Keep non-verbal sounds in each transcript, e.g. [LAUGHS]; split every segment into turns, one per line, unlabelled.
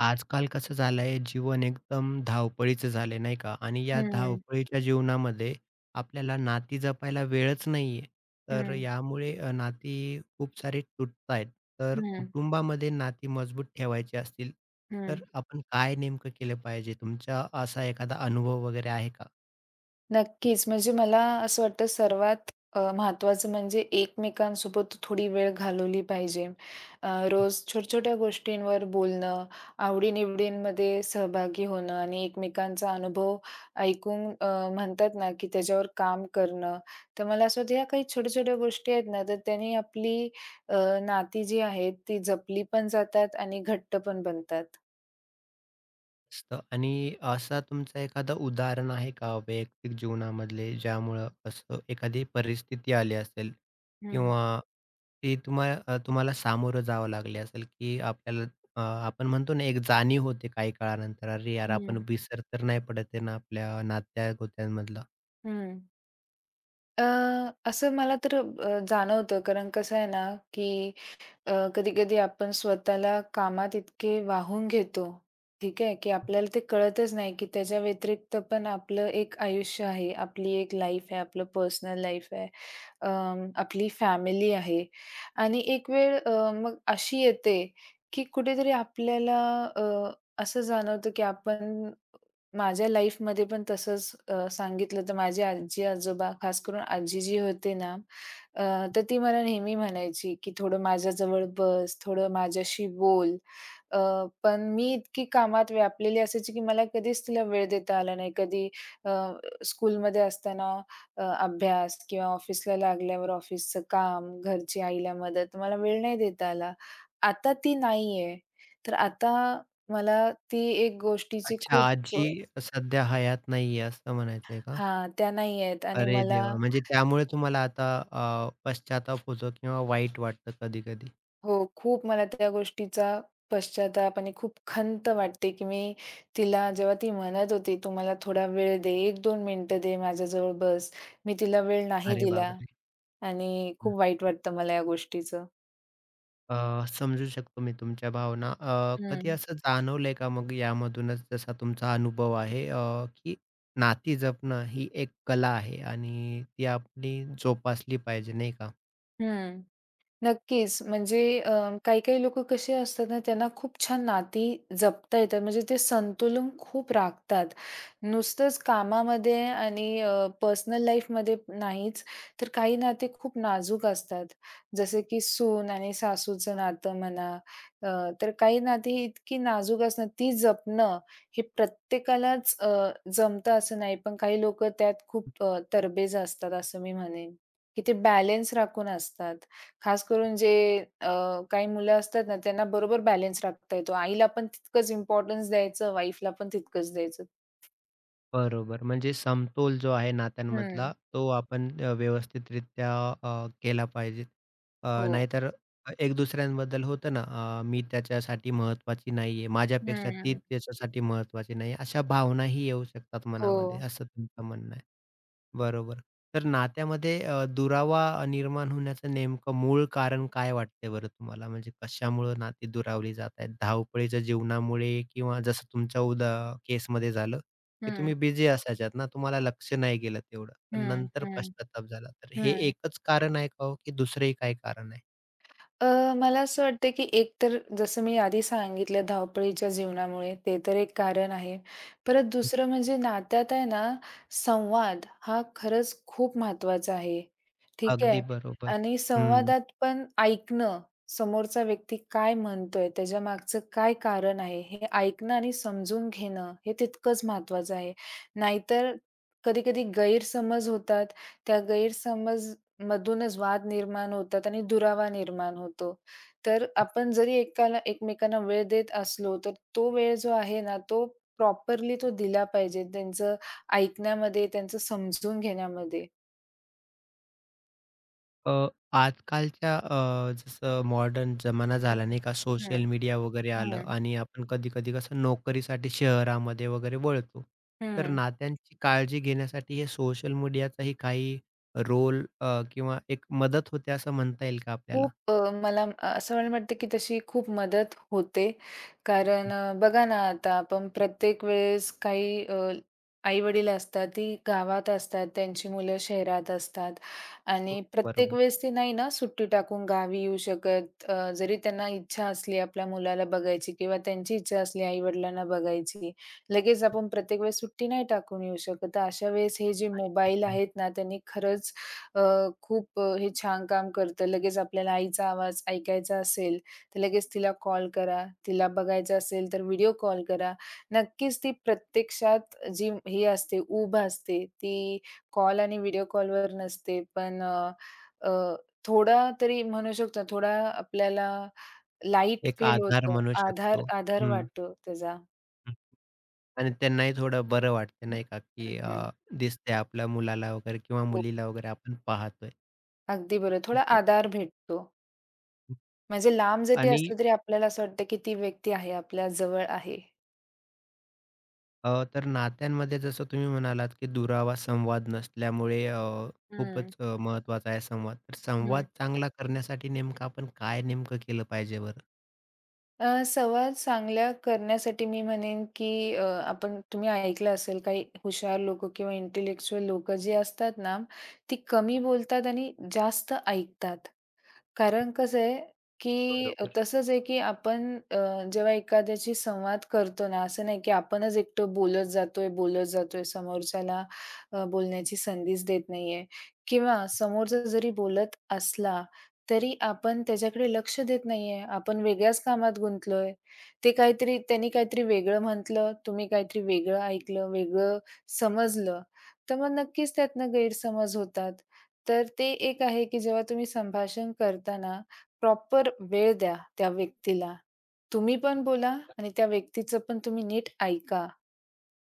आजकाल कसं झालंय जीवन एकदम धावपळीचं झालंय नाही का? आणि या
हं,
धावपळीच्या जीवनामध्ये आपल्याला नाती जपायला वेळच नाहीये. तर
हं,
यामुळे नाती खूप सारी तुटतायत. तर
हं,
कुटुंबामध्ये नाती मजबूत ठेवायची असतील
हं.
तर आपण काय नेमकं केलं पाहिजे? तुमचा असा एखादा अनुभव वगैरे आहे का?
नक्कीच. म्हणजे मला असं वाटतं सर्वात महत्त्वाचं म्हणजे एकमेकांसोबत थोडी वेळ घालवली पाहिजे. रोज छोट्या-छोट्या गोष्टींवर बोलणं, आवडी-निवडींमध्ये सहभागी होणं आणि एकमेकांचा अनुभव ऐकून म्हणतात ना, की त्याच्यावर काम करणं. तर मला असं वाटतं, या काही छोट्या-छोट्या गोष्टी आहेत ना, तर त्यांनी आपली अ, नाती जी आहेत, ती जपली पण जातात आणि घट्ट पण बनतात.
मस्त. आणि असा तुमचा एखादं उदाहरण आहे का वैयक्तिक जीवनामधले ज्यामुळं असं एखादी परिस्थिती आली असेल
हं,
किंवा ती तुम्हा तुम्हाला सामोरं जावं लागले असेल, की आपल्याला अ, आपण म्हणतो ना एक जाणीव होते काही काळानंतर, "अरे यार, आपण
हं,
विसर तर नाही पडत आहे ना आपल्या नात्या-गोत्यांमधला.
हं. अ, असं मला तर जाणवतं कारण कसं आहे ना, की कधी-कधी आपण स्वतःला कामात इतके वाहून घेतो, ठीक आहे, की आपल्याला ते कळतच नाही, की त्याच्या व्यतिरिक्त पण आपलं एक आयुष्य आहे, आपली एक लाईफ आहे, आपलं पर्सनल लाईफ आहे, आपली फॅमिली आहे आणि एक वेळ मग अशी येते, की कुठेतरी आपल्याला अ, असं जाणवतं, की आपण माझ्या लाईफमध्ये पण तसंच सांगितलं तर माझी आजी-आजोबा, खास करून आजी जी होते ना, अ, तर ती मला नेहमी म्हणायची, की "थोडं माझ्याजवळ बस, थोडं माझ्याशी बोल." अ, पण मी इतकी कामात व्यापलेली असायची, की मला कधीच तिला वेळ देता आला नाही. कधी अ, स्कूलमध्ये असताना अभ्यास किंवा ऑफिसला लागल्यावर ऑफिसचं काम, घरची आईला मदत, मला वेळ नाही देता आला. आता ती नाहीये. तर आता मला ती एक गोष्टीची
अच्छा,
खूप
आजी सध्या हयात नाहीये," असं म्हणायचं का?
हां, त्या नाही आहेत आणि
अरे
मला
देवा! म्हणजे त्यामुळे तुम्हाला आता पश्चाताप होतो किंवा वाईट वाटतं कधी-कधी.
हो, खूप मला त्या गोष्टीचा पश्चात्ताप आणि खूप खंत वाटते, की मी तिला जेव्हा ती म्हणत होती, "तू मला थोडा वेळ दे, एक दोन मिनिटं दे, माझ्याजवळ बस." मी तिला वेळ नाही
अरे
दिला
बापरे!
आणि खूप वाईट वाटतं मला या गोष्टीचं.
समजू शकतो मी तुमच्या भावना. कधी
हं.
असं जाणवलंय का मग यामधूनच जसा तुमचा अनुभव आहे, की नाती जपणं ही एक कला आहे आणि ती आपली जोपासली पाहिजे, नाही का?
हं. नक्कीच. म्हणजे काही-काही लोकं कसे असतात ना, त्यांना खूप छान नाती जपता येतात. म्हणजे ते संतुलन खूप राखतात. नुसतंच कामामध्ये आणि पर्सनल लाईफमध्ये नाहीच, तर काही नाते खूप नाजूक असतात. जसे की सून आणि सासूचं नातं म्हणा, अ, तर काही नाती इतकी नाजूक असणं, ती जपणं हे प्रत्येकालाच जमतं असं नाही. पण काही लोकं त्यात खूप तरबेज असतात असं मी म्हणेन, की ते बॅलन्स राखून असतात. खास करून जे काही मुलं असतात ना, त्यांना बरोबर बॅलन्स राखता येतो. आईला पण तितकंच इम्पोर्टन्स द्यायचं, वाईफला पण तितकंच द्यायचं.
बरोबर. म्हणजे समतोल जो आहे
हं.
नात्यांमधला तो आपण व्यवस्थितरित्या केला पाहिजे.
हो.
नाहीतर एक दुसऱ्यांबद्दल होतं ना, मी त्याच्यासाठी महत्त्वाची नाहीये, माझ्यापेक्षा ती
हं,
त्याच्यासाठी महत्त्वाची नाही, अशा भावनाही येऊ शकतात मनामध्ये,
हो.
असं तुमचं म्हणणं आहे. बरोबर. तर नात्यामध्ये दुरावा निर्माण होण्याचं नेमकं मूळ कारण काय वाटतंय बरं तुम्हाला? म्हणजे कशामुळं नाती दुरावली जात आहेत? धावपळीच्या जीवनामुळे किंवा जसं तुमच्या केसमध्ये झालं, की
हं,
तुम्ही बिझी असायच्यात ना, तुम्हाला लक्ष नाही गेलं तेवढं. पण
हं,
नंतर
हं,
पश्चात्ताप झाला. तर हे
हं.
एकच कारण आहे का हो, की दुसरंही काही कारण आहे?
अ, मला असं वाटतं की एकतर जसं मी आधी सांगितलं धावपळीच्या जीवनामुळे ते तर एक कारण आहे. परत दुसरं म्हणजे नात्यात आहे ना, संवाद हा खरंच खूप महत्त्वाचा आहे. ठीक
अगदी
आहे.
बरोबर.
आणि
हं.
संवादात पण ऐकणं, समोरचा व्यक्ती काय म्हणतोय, त्याच्यामागचं काय कारण आहे, हे ऐकणं आणि समजून घेणं हे तितकंच महत्त्वाचं आहे. नाहीतर कधी-कधी गैरसमज होतात. त्या गैरसमज मधूनच वाद निर्माण होतात आणि दुरावा निर्माण होतो. तर आपण जरी एकाला एकमेकांना वेळ देत असलो, तर तो वेळ जो आहे ना, तो प्रॉपरली तो दिला पाहिजे त्यांचं ऐकण्यामध्ये, त्यांचं समजून घेण्यामध्ये.
अ, आजकालच्या जसं मॉडर्न जमाना
हं.
झाला नाही का
हं.
सोशल मीडिया वगैरे आलं
हं.
आणि आपण कधी-कधी कसं नोकरीसाठी शहरामध्ये वगैरे वळतो. तर
हं.
नात्यांची काळजी घेण्यासाठी हे सोशल मीडियाचाही काही रोल किंवा एक मदत होते असं म्हणता येईल का आपल्याला?
खूप मला असं वाटतं की तशी खूप मदत होते. कारण बघा ना आता आपण प्रत्येक वेळेस काही आई-वडील असतात, ती गावात असतात, त्यांची मुलं शहरात असतात
हो,
आणि प्रत्येक
बरोबर.
वेळेस ती नाही ना सुट्टी टाकून गावी येऊ शकत. जरी त्यांना इच्छा असली आपल्या मुलाला बघायची किंवा त्यांची इच्छा असली आई-वडिलांना बघायची, लगेच आपण प्रत्येक वेळेस सुट्टी नाही टाकून येऊ शकत. तर अशा वेळेस हे जे
नाही,
मोबाईल
आपण
आहेत ना, त्यांनी खरंच अ, खूप हे छान काम करतं. लगेच आपल्याला आईचा आवाज ऐकायचा असेल, तर लगेच तिला कॉल करा. तिला बघायचं असेल, तर व्हिडिओ कॉल करा. नक्कीच ती प्रत्यक्षात जी ही असते, ऊब असते, ती कॉल आणि व्हिडिओ कॉलवर नसते. पण अ, अ, थोडा तरी म्हणू शकतो, थोडा आपल्याला लाईट
एक
फील
आधार
होतं.
म्हणू
आधार
शकतो.
आधार
हं,
वाटतो त्याचा.
हं. आणि त्यांनाही थोडं बरं वाटते नाही का, की
हं. हं,
दिसतंय आपल्या मुलाला वगैरे किंवा
हो,
मुलीला वगैरे आपण पाहतोय.
अगदी बरोबर. थोडा
ठीक आहे.
आधार भेटतो. म्हणजे लांब जरी
आणि
असलं तरी आपल्याला असं वाटतं, की ती व्यक्ती आहे, आपल्या जवळ आहे.
तर नात्यांमध्ये जसं तुम्ही म्हणालात, की दुरावा संवाद नसल्यामुळे,
हं,
खूपच महत्त्वाचा आहे संवाद. तर
हं.
संवाद चांगला करण्यासाठी नेमकं आपण काय नेमकं केलं पाहिजे बरं?
संवाद चांगल्या करण्यासाठी मी म्हणेन, की आपण तुम्ही ऐकलं असेल काही हुशार लोकं किंवा इंटेलेक्चुअल लोकं जी असतात ना, ती कमी बोलतात आणि जास्त ऐकतात. कारण कसं आहे, की
बरोबर.
तसंच आहे, की आपण अ, जेव्हा एखाद्याशी संवाद करतो ना, असं नाही, की आपणच एकटं बोलत जातोय, बोलत जातोय, समोरच्याला बोलण्याची संधीच देत नाहीये किंवा समोरचा जरी बोलत असला, तरी आपण त्याच्याकडे लक्ष देत नाहीये. आपण वेगळ्याच कामात गुंतलोय. ते काहीतरी त्यांनी काहीतरी वेगळं म्हटलं, तुम्ही काहीतरी वेगळं ऐकलं, वेगळं समजलं, तर मग नक्कीच त्यातनं गैरसमज होतात. तर ते एक आहे, की जेव्हा तुम्ही संभाषण करताना प्रॉपर वेळ द्या त्या व्यक्तीला. तुम्ही पण बोला आणि त्या व्यक्तीचं पण तुम्ही नीट ऐका.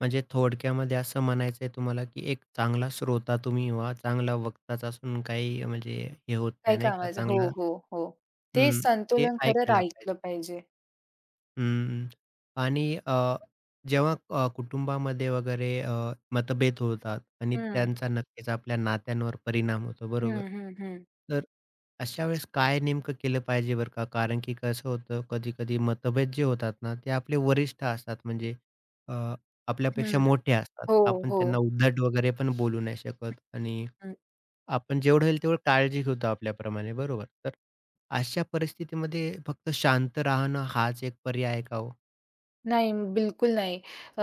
म्हणजे थोडक्यामध्ये असं म्हणायचं आहे तुम्हाला, की एक चांगला श्रोता तुम्ही व्हा, चांगला वक्ताच असून काही म्हणजे हे होत
काय
नाही, नाही का?
कामाचं हो,
चांगला,
हो, हो. ते
हं, ते
संतुलन खरं
ऐकायला पाहिजे.
राखलं पाहिजे.
हं. आणि जेव्हा कुटुंबामध्ये वगैरे मतभेद होतात आणि
हं,
त्यांचा नक्कीच आपल्या नात्यांवर परिणाम होतो, बरोबर.
हं, हं, हं.
तर अशा वेळेस काय नेमकं केलं पाहिजे बरं का? कारण की कसं होतं, कधी-कधी मतभेद जे होतात ना, ते आपले वरिष्ठ असतात म्हणजे अ,
हं.
आपल्यापेक्षा मोठे असतात.
हो,
आपण
हो.
त्यांना उद्धट वगैरे पण बोलू नाही शकत आणि
हं.
आपण जेवढं होईल तेवढं काळजी घेतो आपल्याप्रमाणे, बरोबर. तर अशा परिस्थितीमध्ये फक्त शांत राहणं हाच एक पर्याय आहे का हो?
नाही, बिलकुल नाही. अ,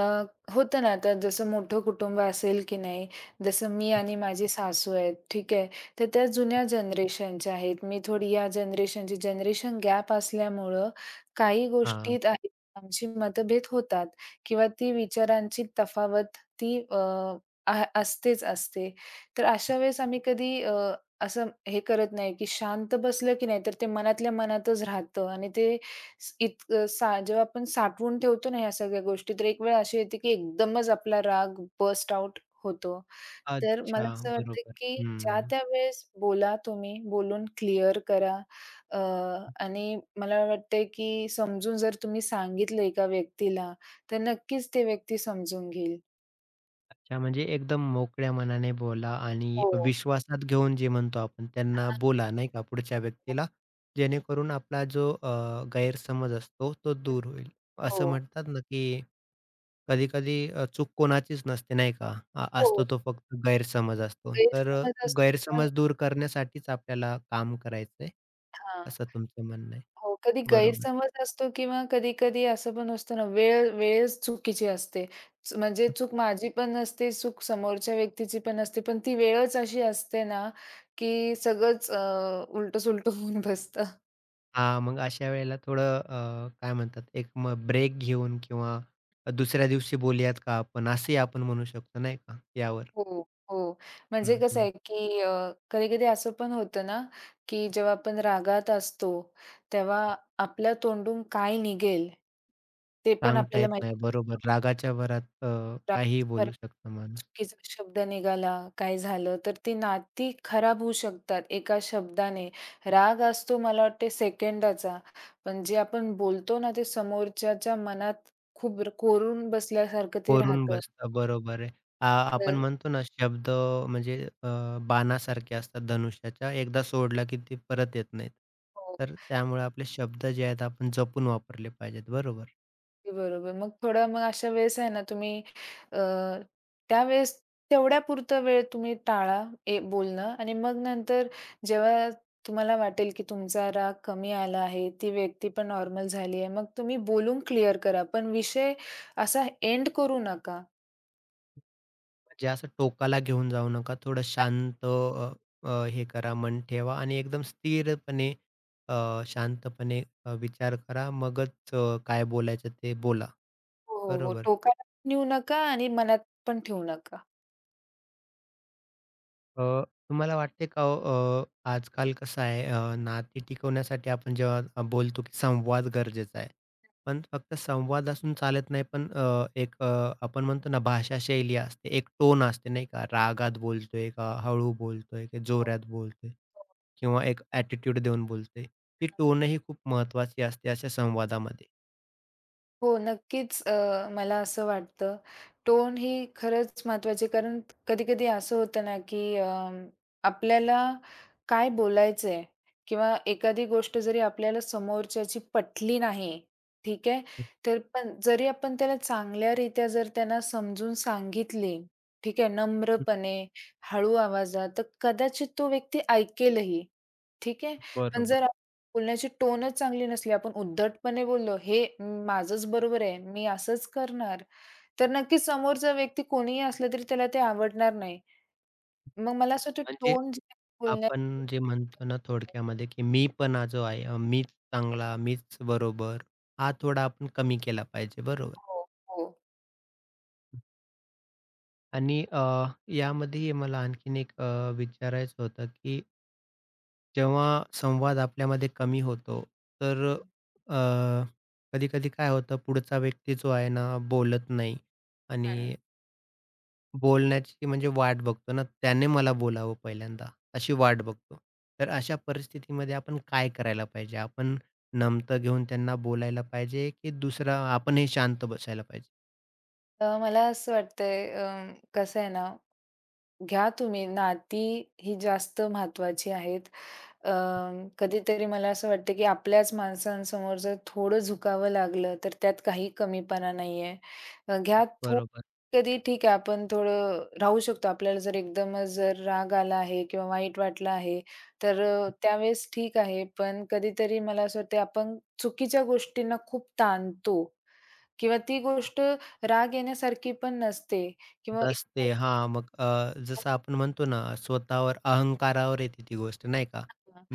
होतं ना, आता जसं मोठं कुटुंब असेल की नाही, जसं मी आणि माझी सासू आहेत, ठीक आहे. तर त्या जुन्या जनरेशनच्या आहेत. मी थोडी या जनरेशनची जनरेशन गॅप असल्यामुळं काही
हां.
गोष्टीत आहेत आमची मतभेद होतात किंवा ती विचारांची तफावत ती अ, आ असतेच असते. तर अशा वेळेस आम्ही कधी असं हे करत नाही, की शांत बसलं की नाही, तर ते मनातल्या मनातच राहतं आणि ते स इतकं सा जेव्हा आपण साठवून ठेवतो ना ह्या सगळ्या गोष्टी, तर एक वेळ अशी येते की एकदमच आपला राग बर्स्ट आउट होतो. तर मला
अच्छा.
असं वाटतं
बरोबर.
की ज्या
हं.
त्या वेळेस बोला तुम्ही, बोलून क्लिअर करा. अ, आणि मला वाटतंय की समजून जर तुम्ही सांगितलं एका व्यक्तीला, तर नक्कीच ते व्यक्ती समजून घेईल.
अच्छा, म्हणजे एकदम मोकळ्या मनाने बोला आणि
हो.
विश्वासात घेऊन जे म्हणतो आपण त्यांना
हां.
बोला नाही का पुढच्या
हो.
व्यक्तीला, जेणेकरून आपला जो गैरसमज असतो तो
हं.
दूर होईल. असं
हो.
म्हणतात ना, की कधी-कधी चूक कोणाचीच नसते नाही का? असतो
हो.
तो फक्त गैरसमज असतो. तर
गैरसमज असतो पण
गैरसमज दूर करण्यासाठीच आपल्याला काम करायचंय, असं
हां.
तुमचं म्हणणं आहे.
हो, कधी
बरोबर.
गैरसमज असतो किंवा कधी-कधी असं पण असतं ना, वेळ वेळच चुकीची असते. म्हणजे चूक माझी पण नसते, चूक समोरच्या व्यक्तीची पण असते, पण ती वेळच अशी असते ना, की सगळंच उलटं [LAUGHS] होऊन बसतं.
हां, मग अशा वेळेला थोडं, काय म्हणतात एक मग ब्रेक घेऊन किंवा दुसऱ्या दिवशी बोलूयात का आपण, असंही आपण म्हणू शकतो नाही का यावर?
हो, हो. म्हणजे
हं,
कसं
हं.
आहे, की कधी-कधी असं पण होतं ना, की जेव्हा आपण रागात असतो, तेव्हा आपल्या तोंडून काय निघेल, ते पण
सांगता
आपल्याला
येत
माहीत
नाही, बरोबर. रागाच्या भरात काहीही बोलू शकतो माणूस.
चुकीचा शब्द निघाला, काय झालं, तर ती नाती खराब होऊ शकतात एका शब्दाने. राग असतो मला वाटते सेकंदाचा, पण जे आपण बोलतो ना, ते समोरच्याच्या मनात खूप कोरून बसल्यासारखं ते
कोरून
राहतं.
बसतं, बरोबर आहे. आ, आपण
तर
म्हणतो ना शब्द म्हणजे अ, बाणासारखे असतात धनुष्याच्या. एकदा सोडला की ते परत येत नाहीत.
हो.
तर त्यामुळे आपले शब्द जे आहेत आपण जपून वापरले पाहिजेत. बरोबर.
अगदी बरोबर. मग थोडं मग अशा वेळेस आहे ना तुम्ही अ, त्यावेळेस तेवढ्यापुरता वेळ तुम्ही टाळा बोलणं आणि मग नंतर जेव्हा तुम्हाला वाटेल की तुमचा राग कमी आला आहे, ती व्यक्ती पण नॉर्मल झाली आहे, मग तुम्ही बोलून क्लिअर करा. पण विषय असा एंड करू नका.
म्हणजे असं टोकाला घेऊन जाऊ नका. थोडं शांत, अ, अ, हे करा, मन ठेवा आणि एकदम स्थिरपणे शांतपणे विचार करा. मगच काय बोलायचं ते बोला.
हो, हो, हो.
बरोबर.
टोकाला पण नेऊ नका आणि मनात पण ठेवू नका.
अ, तुम्हाला वाटते का हो, अ, आजकाल कसं आहे, नाती टिकवण्यासाठी आपण जेव्हा बोलतो की संवाद गरजेचा आहे. पण फक्त संवाद असून चालत नाही, पण एक आपण म्हणतो ना भाषा शैली असते, एक टोन असते नाही का? रागात बोलतोय का हळू बोलतोय की
हो,
जोरात बोलतोय?
हो.
किंवा एक ॲटिट्यूड देऊन बोलतोय. ही टोनही खूप महत्त्वाची असते अशा संवादामध्ये.
हो, नक्कीच मला असं वाटतं. टोन ही खरंच महत्त्वाची कारण कधी-कधी असं होतं ना, की आपल्याला काय बोलायचं आहे किंवा एखादी गोष्ट जरी आपल्याला समोरच्याची पटली नाही, ठीक आहे.
हं,
तर पण जरी आपण त्याला चांगल्यारीत्या जर त्यांना समजून सांगितली, ठीक आहे,
हं.
नम्रपणे, हळू आवाजात, तर कदाचित तो व्यक्ती ऐकेलही. ठीक आहे. पण
बरोबर.
जर बोलण्याची टोनच चांगली नसली, आपण उद्धटपणे बोललो, माझंच बरोबर आहे, मी असंच करणार." तर नक्कीच समोरचा व्यक्ती कोणीही असला तरी त्याला ते आवडणार नाही. मग मला असं वाटतं
म्हणजे
टोन जी आहे बोलण्याची
आपण जे म्हणतो ना थोडक्यामध्ये, की मीपणा जो आहे, मीच चांगला, मीच बरोबर, हा थोडा आपण कमी केला पाहिजे, बरोबर.
हो, हो.
आणि यामध्ये मला आणखीन एक विचारायचं होतं, की जेव्हा संवाद आपल्यामध्ये कमी होतो, तर अ, कधी-कधी काय होतं, पुढचा व्यक्ती जो आहे ना, बोलत नाही आणि
हं.
बोलण्याची म्हणजे वाट बघतो ना, त्याने मला बोलावं पहिल्यांदा, अशी वाट बघतो. तर अशा परिस्थितीमध्ये आपण काय करायला पाहिजे? आपण नमतं घेऊन त्यांना बोलायला पाहिजे, की दुसरा आपणही शांत बसायला पाहिजे?
तर मला असं वाटतंय कसं आहे ना घ्या तुम्ही. नाती ही जास्त महत्वाची आहेत. अ, कधीतरी मला असं वाटतं, की आपल्याच माणसांसमोर जर थोडं झुकावं लागलं, तर त्यात काही कमीपणा नाहीये. अ, घ्या थो
बरोबर.
कधी ठीक आहे, आपण थोडं राहू शकतो. आपल्याला जर एकदमच जर राग आला आहे किंवा वाईट वाटलं आहे, तर त्यावेळेस ठीक आहे. पण कधीतरी मला असं वाटतं, आपण चुकीच्या गोष्टींना खूप ताणतो किंवा ती गोष्ट राग येण्यासारखी पण नसते किंवा
नसते. हां, मग जसं आपण म्हणतो ना, स्वतःवर अहंकारावर येते ती गोष्ट नाही का?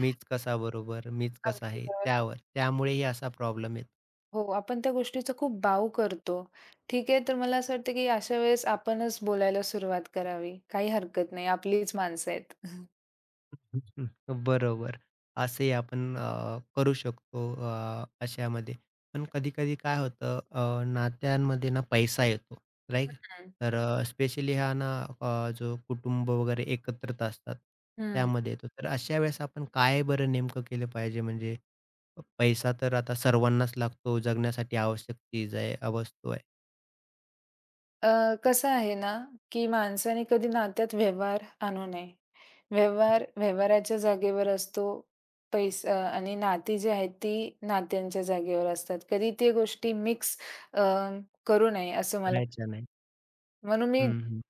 मीच कसा बरोबर, मीच कसा
अगदी
आहे,
बरोबर.
त्यावर. त्यामुळेही असा प्रॉब्लेम येतो.
हो, आपण त्या गोष्टीचा खूप बाऊ करतो. ठीक आहे, तर मला असं वाटतं, की अशा वेळेस आपणच बोलायला सुरुवात करावी. काही हरकत नाही, आपलीच माणसं आहेत. हं,
हम्म, बरोबर. असंही आपण करू शकतो अशामध्ये. पण कधी-कधी काय होतं, नात्यांमध्ये ना पैसा येतो, राइट? तर स्पेशली हा ना, जो कुटुंब वगैरे एकत्रित असतात,
हं.
त्यामध्ये येतो. तर अशा वेळेस आपण काय बरं नेमकं केलं पाहिजे? म्हणजे पैसा तर आता सर्वांनाच लागतो, जगण्यासाठी आवश्यक चीज आहे, वस्तू आहे.
अ, कसं आहे ना, की माणसाने कधी नात्यात व्यवहार आणू नये. व्यवहार व्यवहाराच्या जागेवर असतो. पैसा आणि नाती जी आहेत, ती नात्यांच्या जागेवर असतात. कधी ते गोष्टी मिक्स करू नये असं मला
करायच्या नाही.
म्हणून मी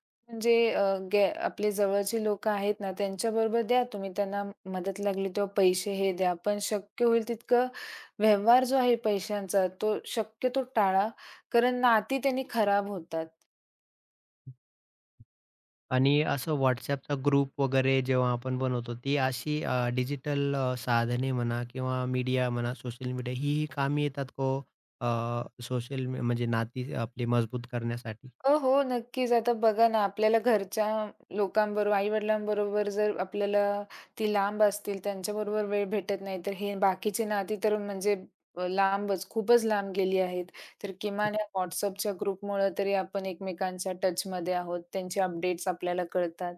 म्हणजे अ, गे आपले जवळचे लोकं आहेत ना, त्यांच्याबरोबर द्या तुम्ही त्यांना मदत लागली तेव्हा पैसे हे द्या. पण शक्य होईल तितकं व्यवहार जो आहे पैशांचा, तो शक्यतो टाळा. कारण नाती त्यांनी खराब होतात.
आणि असं WhatsAppचा ग्रुप वगैरे जेव्हा आपण बनवतो, ती अशी डिजिटल साधने म्हणा किंवा मीडिया म्हणा, सोशल मीडिया ही ही कामी येतात को ओ? म्हणजे नाती आपली मजबूत करण्यासाठी?
हो, हो. नक्कीच. आता बघा ना, आपल्याला घरच्या लोकांबरोबर, आई-वडिलांबरोबर जर आपल्याला ती लांब असतील, त्यांच्याबरोबर वेळ भेटत नाही, तर हे बाकीची नाती तर म्हणजे लांबच, खूपच लांब गेली आहेत. तर किमान या WhatsAppच्या ग्रुपमुळं तरी आपण एकमेकांच्या टचमध्ये आहोत. त्यांचे अपडेट्स आपल्याला कळतात.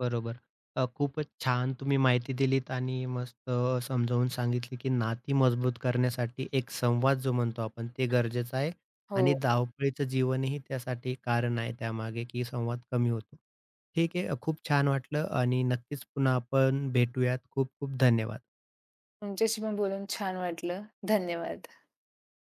बरोबर. खूपच छान तुम्ही माहिती दिलीत आणि मस्त समजावून सांगितली, की नाती मजबूत करण्यासाठी एक संवाद जो म्हणतो आपण ते गरजेचं आहे आणि
हो.
धावपळीचं जीवनही त्यासाठी कारण आहे त्यामागे, की संवाद कमी होतो. ठीक आहे. खूप छान वाटलं आणि नक्कीच पुन्हा आपण भेटूयात. खूप खूप धन्यवाद.
तुमच्याशी पण बोलून छान वाटलं. धन्यवाद.